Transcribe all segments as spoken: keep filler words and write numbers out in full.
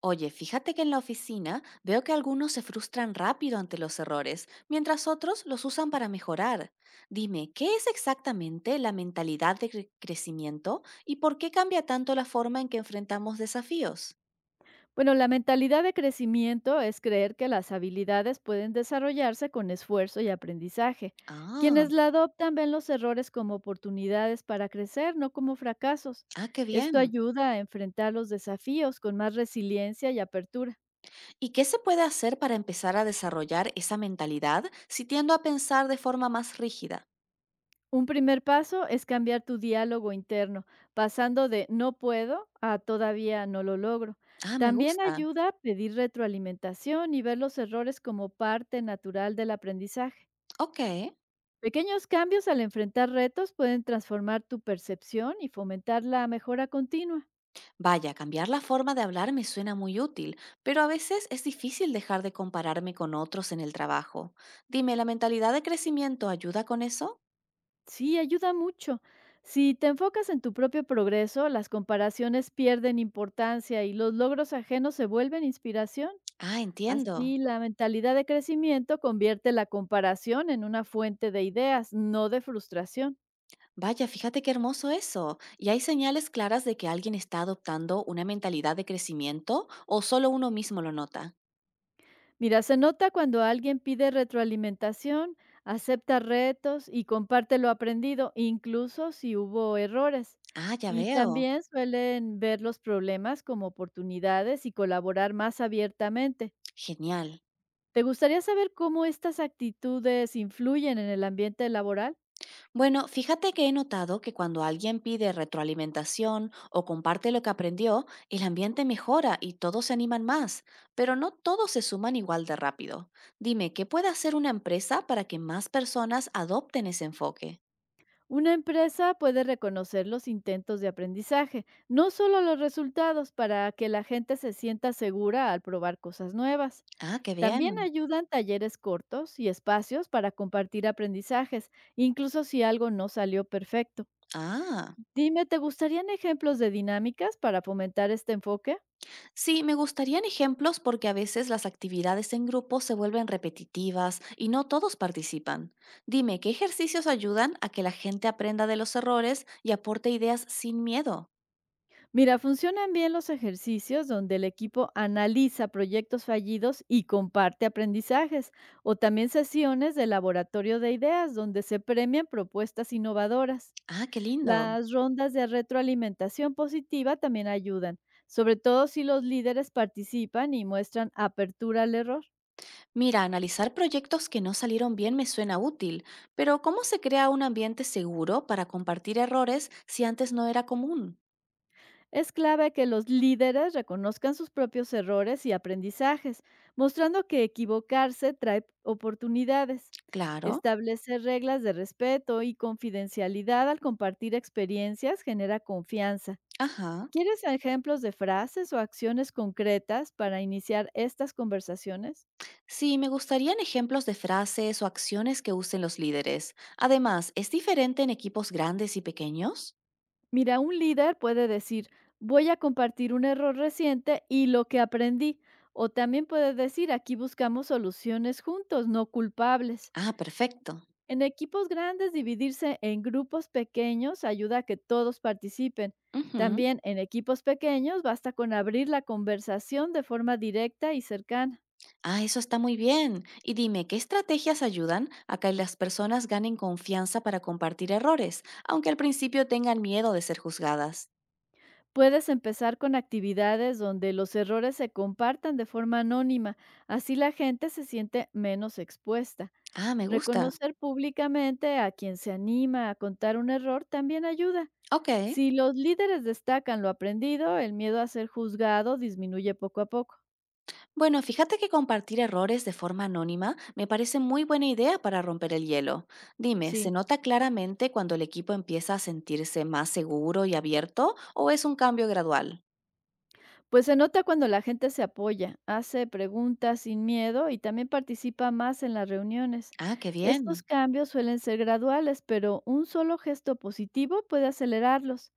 Oye, fíjate que en la oficina veo que algunos se frustran rápido ante los errores, mientras otros los usan para mejorar. Dime, ¿qué es exactamente la mentalidad de cre- crecimiento y por qué cambia tanto la forma en que enfrentamos desafíos? Bueno, la mentalidad de crecimiento es creer que las habilidades pueden desarrollarse con esfuerzo y aprendizaje. Ah, Quienes la adoptan ven los errores como oportunidades para crecer, no como fracasos. ah, qué Esto bien. ayuda a enfrentar los desafíos con más resiliencia y apertura. ¿Y qué se puede hacer para empezar a desarrollar esa mentalidad si tiendo a pensar de forma más rígida? Un primer paso es cambiar tu diálogo interno, pasando de no puedo a todavía no lo logro. Ah, me También gusta. ayuda a pedir retroalimentación y ver los errores como parte natural del aprendizaje. Ok. Pequeños cambios al enfrentar retos pueden transformar tu percepción y fomentar la mejora continua. Vaya, cambiar la forma de hablar me suena muy útil, pero a veces es difícil dejar de compararme con otros en el trabajo. Dime, ¿la mentalidad de crecimiento ayuda con eso? Sí, ayuda mucho. Si te enfocas en tu propio progreso, las comparaciones pierden importancia y los logros ajenos se vuelven inspiración. Ah, entiendo. Así, la mentalidad de crecimiento convierte la comparación en una fuente de ideas, no de frustración. Vaya, fíjate qué hermoso eso. ¿Y hay señales claras de que alguien está adoptando una mentalidad de crecimiento o solo uno mismo lo nota? Mira, se nota cuando alguien pide retroalimentación, acepta retos y comparte lo aprendido, incluso si hubo errores. Ah, ya Y veo. también suelen ver los problemas como oportunidades y colaborar más abiertamente. Genial. ¿Te gustaría saber cómo estas actitudes influyen en el ambiente laboral? Bueno, fíjate que he notado que cuando alguien pide retroalimentación o comparte lo que aprendió, el ambiente mejora y todos se animan más, pero no todos se suman igual de rápido. Dime, ¿qué puede hacer una empresa para que más personas adopten ese enfoque? Una empresa puede reconocer los intentos de aprendizaje, no solo los resultados, para que la gente se sienta segura al probar cosas nuevas. Ah, qué También bien. ayudan talleres cortos y espacios para compartir aprendizajes, incluso si algo no salió perfecto. Ah, Dime, ¿te gustarían ejemplos de dinámicas para fomentar este enfoque? sí, me gustarían ejemplos porque a veces las actividades en grupo se vuelven repetitivas y no todos participan. Dime, ¿qué ejercicios ayudan a que la gente aprenda de los errores y aporte ideas sin miedo? Mira, funcionan bien los ejercicios donde el equipo analiza proyectos fallidos y comparte aprendizajes, o también sesiones de laboratorio de ideas donde se premian propuestas innovadoras. Ah, qué lindo. Las rondas de retroalimentación positiva también ayudan, sobre todo si los líderes participan y muestran apertura al error. Mira, analizar proyectos que no salieron bien me suena útil, pero ¿cómo se crea un ambiente seguro para compartir errores si antes no era común? Es clave que los líderes reconozcan sus propios errores y aprendizajes, mostrando que equivocarse trae oportunidades. Claro. Establecer reglas de respeto y confidencialidad al compartir experiencias genera confianza. Ajá. ¿Quieres ejemplos de frases o acciones concretas para iniciar estas conversaciones? Sí, me gustarían ejemplos de frases o acciones que usen los líderes. Además, ¿es diferente en equipos grandes y pequeños? Mira, un líder puede decir, voy a compartir un error reciente y lo que aprendí. O también puede decir, aquí buscamos soluciones juntos, no culpables. Ah, perfecto. En equipos grandes, dividirse en grupos pequeños ayuda a que todos participen. Ujú. También en equipos pequeños basta con abrir la conversación de forma directa y cercana. Ah, eso está muy bien. Y dime, ¿qué estrategias ayudan a que las personas ganen confianza para compartir errores, aunque al principio tengan miedo de ser juzgadas? Puedes empezar con actividades donde los errores se compartan de forma anónima, así la gente se siente menos expuesta. Ah, me gusta. Reconocer públicamente a quien se anima a contar un error también ayuda. Ok. Si los líderes destacan lo aprendido, el miedo a ser juzgado disminuye poco a poco. Bueno, fíjate que compartir errores de forma anónima me parece muy buena idea para romper el hielo. Dime, ¿se Sí, nota claramente cuando el equipo empieza a sentirse más seguro y abierto o es un cambio gradual? pues se nota cuando la gente se apoya, hace preguntas sin miedo y también participa más en las reuniones. Ah, qué Estos bien. cambios suelen ser graduales, pero un solo gesto positivo puede acelerarlos.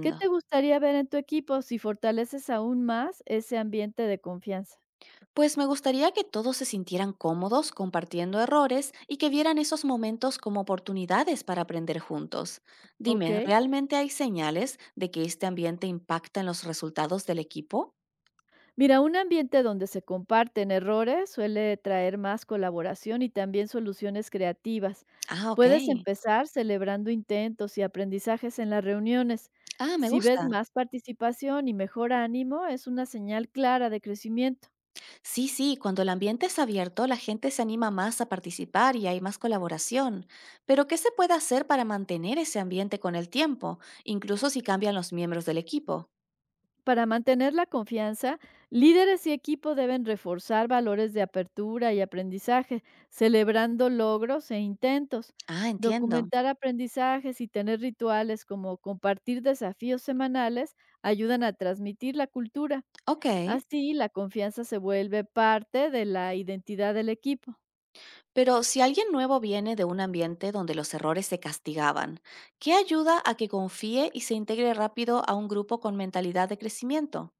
¿Qué te gustaría ver en tu equipo si fortaleces aún más ese ambiente de confianza? Pues me gustaría que todos se sintieran cómodos compartiendo errores y que vieran esos momentos como oportunidades para aprender juntos. ¿Ok? Dime, ¿realmente hay señales de que este ambiente impacta en los resultados del equipo? Mira, un ambiente donde se comparten errores suele traer más colaboración y también soluciones creativas. Ah, ok. Puedes empezar celebrando intentos y aprendizajes en las reuniones. Ah, me Si ves gusta. más participación y mejor ánimo, es una señal clara de crecimiento. Sí, sí, cuando el ambiente es abierto, la gente se anima más a participar y hay más colaboración. Pero, ¿qué se puede hacer para mantener ese ambiente con el tiempo, incluso si cambian los miembros del equipo? Para mantener la confianza, líderes y equipo deben reforzar valores de apertura y aprendizaje, celebrando logros e intentos, Ah, entiendo. documentar aprendizajes y tener rituales como compartir desafíos semanales ayudan a transmitir la cultura. Ok. Así, la confianza se vuelve parte de la identidad del equipo. Pero si alguien nuevo viene de un ambiente donde los errores se castigaban, ¿qué ayuda a que confíe y se integre rápido a un grupo con mentalidad de crecimiento?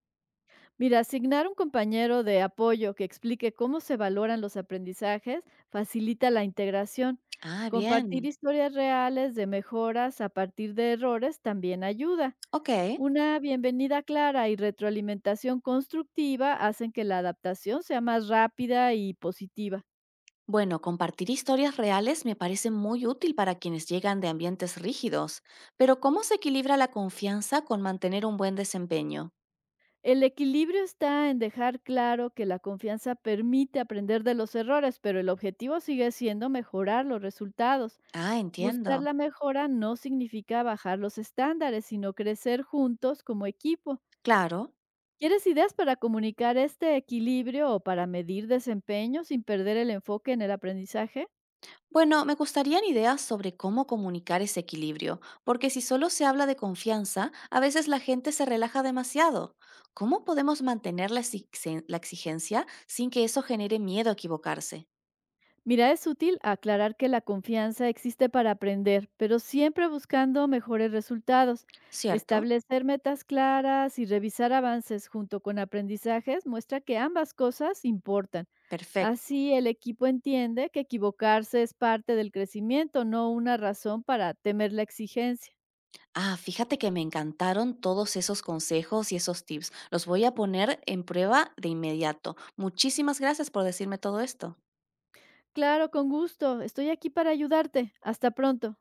Mira, asignar un compañero de apoyo que explique cómo se valoran los aprendizajes facilita la integración. Ah, Compartir bien. historias reales de mejoras a partir de errores también ayuda. Ok. Una bienvenida clara y retroalimentación constructiva hacen que la adaptación sea más rápida y positiva. Bueno, compartir historias reales me parece muy útil para quienes llegan de ambientes rígidos, pero ¿cómo se equilibra la confianza con mantener un buen desempeño? El equilibrio está en dejar claro que la confianza permite aprender de los errores, pero el objetivo sigue siendo mejorar los resultados. Ah, Buscar entiendo. la mejora no significa bajar los estándares, sino crecer juntos como equipo. Claro. ¿Quieres ideas para comunicar este equilibrio o para medir desempeño sin perder el enfoque en el aprendizaje? Bueno, me gustarían ideas sobre cómo comunicar ese equilibrio, porque si solo se habla de confianza, a veces la gente se relaja demasiado. ¿Cómo podemos mantener la exi- la exigencia sin que eso genere miedo a equivocarse? Mira, es útil aclarar que la confianza existe para aprender, pero siempre buscando mejores resultados. ¿Cierto? Establecer metas claras y revisar avances junto con aprendizajes muestra que ambas cosas importan. Perfecto. Así el equipo entiende que equivocarse es parte del crecimiento, no una razón para temer la exigencia. Ah, fíjate que me encantaron todos esos consejos y esos tips. Los voy a poner en prueba de inmediato. Muchísimas gracias por decirme todo esto. Claro, con gusto. Estoy aquí para ayudarte. Hasta pronto.